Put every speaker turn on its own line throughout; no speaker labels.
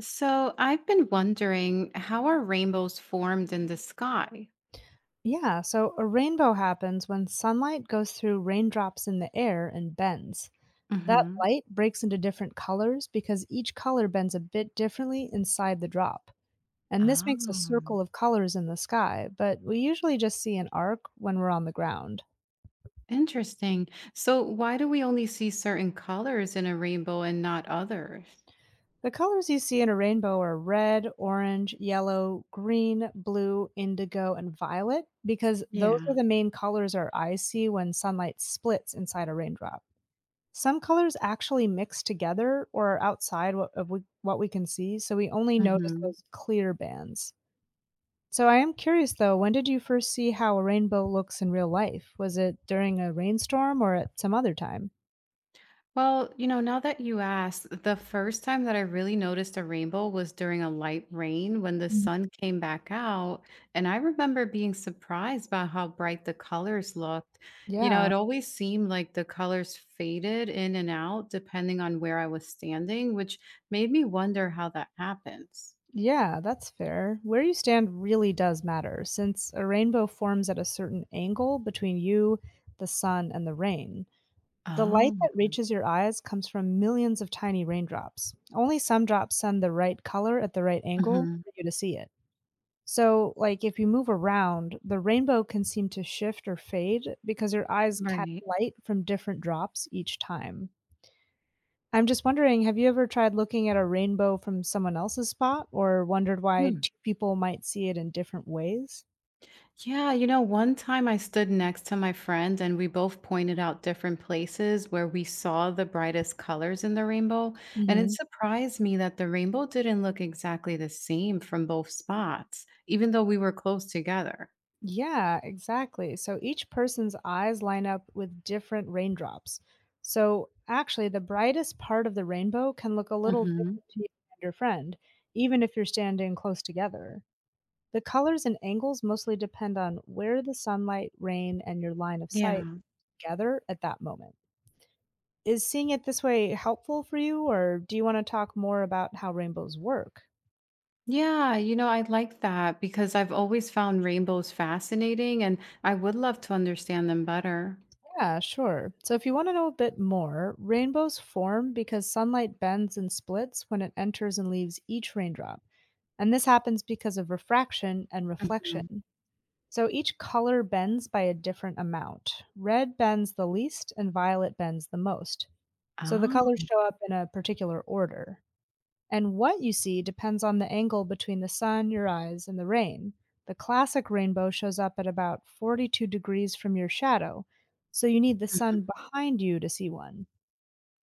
So I've been wondering, how are rainbows formed in the sky?
Yeah, so a rainbow happens when sunlight goes through raindrops in the air and bends. That
Hmm.
light breaks into different colors because each color bends a bit differently inside the drop. And this
Ah,
makes a circle of colors in the sky, but we usually just see an arc when we're on the ground.
interesting. So why do we only see certain colors in a rainbow and not others?
The colors you see in a rainbow are red, orange, yellow, green, blue, indigo, and violet because those are
Yeah.
the main colors our eyes see when sunlight splits inside a raindrop. Some colors actually mix together or are outside what we can see, so we only notice those clear bands. So I am curious though, when did you first see how a rainbow looks in real life? Was it during a rainstorm or at some other time?
Now that you asked, the first time that I really noticed a rainbow was during a light rain when the
Mhm.
sun came back out. And I remember being surprised by how bright the colors looked. It
Yeah.
always seemed like the colors faded in and out depending on where I was standing, which made me wonder how that happens.
Yeah, that's fair. Where you stand really does matter since a rainbow forms at a certain angle between you, the sun, and the rain. The light
Oh.
that reaches your eyes comes from millions of tiny raindrops. Only some drops send the right color at the right angle
Mhm.
for you to see it. So, like if you move around, the rainbow can seem to shift or fade because your eyes catch
Right.
light from different drops each time. I'm just wondering, have you ever tried looking at a rainbow from someone else's spot or wondered why two people might see it in different ways?
One time I stood next to my friend and we both pointed out different places where we saw the brightest colors in the rainbow. And it
Hmm.
surprised me that the rainbow didn't look exactly the same from both spots, even though we were close together.
Yeah, exactly. So each person's eyes line up with different raindrops. So actually, the brightest part of the rainbow can look a little
Hmm.
different to you and your friend, even if you're standing close together. The colors and angles mostly depend on where the sunlight, rain, and your line of sight
Yeah.
gather at that moment. Is seeing it this way helpful for you, or do you want to talk more about how rainbows work?
I like that because I've always found rainbows fascinating and I would love to understand them better.
Yeah, sure. So if you want to know a bit more, rainbows form because sunlight bends and splits when it enters and leaves each raindrop. And this happens because of refraction and
Mhm.
reflection. So each color bends by a different amount. Red bends the least and violet bends the most. So the colors
Oh.
show up in a particular order and what you see depends on the angle between the sun, your eyes, and the rain. The classic rainbow shows up at about 42 degrees from your shadow, so you need the sun behind you to see one.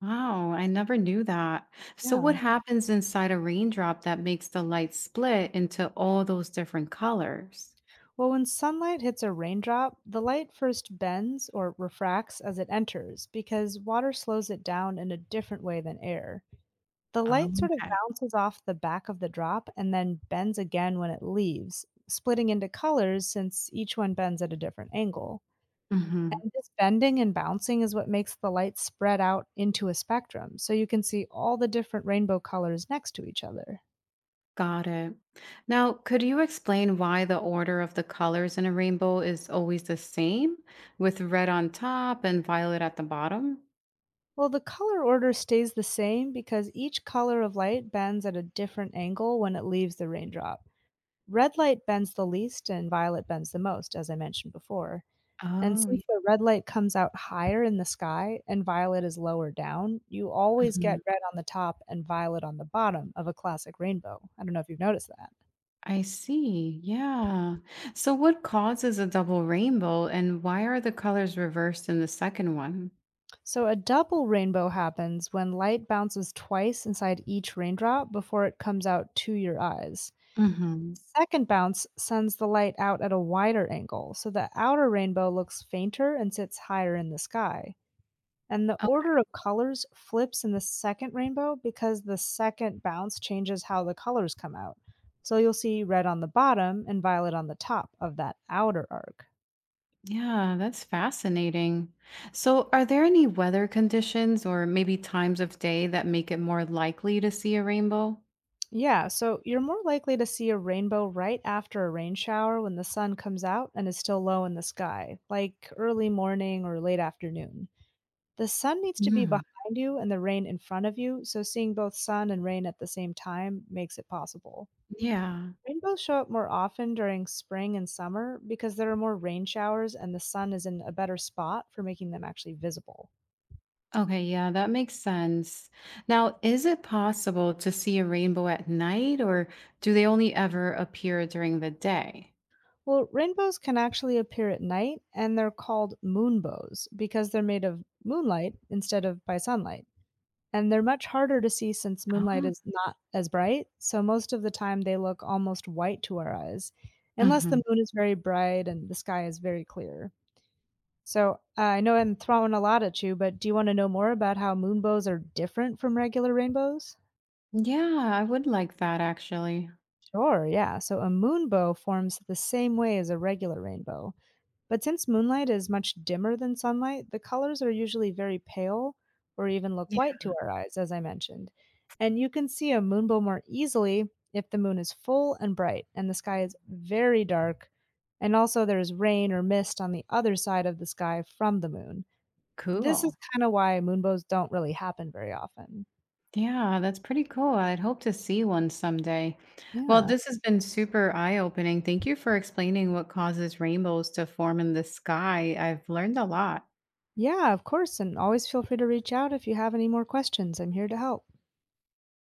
Wow, I never knew that. So, what
Yeah.
happens inside a raindrop that makes the light split into all those different colors?
Well, when sunlight hits a raindrop, the light first bends or refracts as it enters because water slows it down in a different way than air. The
Oh.
light sort of
Okay.
bounces off the back of the drop and then bends again when it leaves, splitting into colors since each one bends at a different angle.
Hmm.
And this bending and bouncing is what makes the light spread out into a spectrum, so you can see all the different rainbow colors next to each other.
Got it. Now, could you explain why the order of the colors in a rainbow is always the same, with red on top and violet at the bottom?
Well, the color order stays the same because each color of light bends at a different angle when it leaves the raindrop. Red light bends the least and violet bends the most, as I mentioned before. And
Oh, yeah.
since the red light comes out higher in the sky and violet is lower down, you always
Mhm.
get red on the top and violet on the bottom of a classic rainbow. I don't know if you've noticed that.
I see. Yeah. So, what causes a double rainbow, and why are the colors reversed in the second one?
So a double rainbow happens when light bounces twice inside each raindrop before it comes out to your eyes.
Hmm.
Second bounce sends the light out at a wider angle, so the outer rainbow looks fainter and sits higher in the sky. And the order of colors flips in the second rainbow because the second bounce changes how the colors come out. So you'll see red on the bottom and violet on the top of that outer arc.
Yeah, that's fascinating. So, are there any weather conditions or maybe times of day that make it more likely to see a rainbow?
Yeah, so you're more likely to see a rainbow right after a rain shower when the sun comes out and is still low in the sky, like early morning or late afternoon. The sun needs to be
Mm.
behind you and the rain in front of you, so seeing both sun and rain at the same time makes it possible.
Yeah.
Rainbows show up more often during spring and summer because there are more rain showers and the sun is in a better spot for making them actually visible.
Okay, yeah, that makes sense. Now, is it possible to see a rainbow at night, or do they only ever appear during the day?
Well, rainbows can actually appear at night, and they're called moonbows because they're made of moonlight instead of by sunlight. And they're much harder to see since moonlight
Oh.
is not as bright, so most of the time they look almost white to our eyes, unless the
Hmm.
moon is very bright and the sky is very clear. So I know I'm throwing a lot at you, but do you want to know more about how moonbows are different from regular rainbows?
Yeah, I would like that actually.
Sure, yeah. So a moonbow forms the same way as a regular rainbow. But since moonlight is much dimmer than sunlight, the colors are usually very pale or even look
Yeah.
white to our eyes, as I mentioned. And you can see a moonbow more easily if the moon is full and bright and the sky is very dark. And also, there's rain or mist on the other side of the sky from the moon. This
Cool.
is kind of why moonbows don't really happen very often.
Yeah, that's pretty cool. I'd hope to see one someday. Well,
Yeah.
this has been super eye-opening. Thank you for explaining what causes rainbows to form in the sky. I've learned a lot.
Yeah, of course. And always feel free to reach out if you have any more questions. I'm here to help.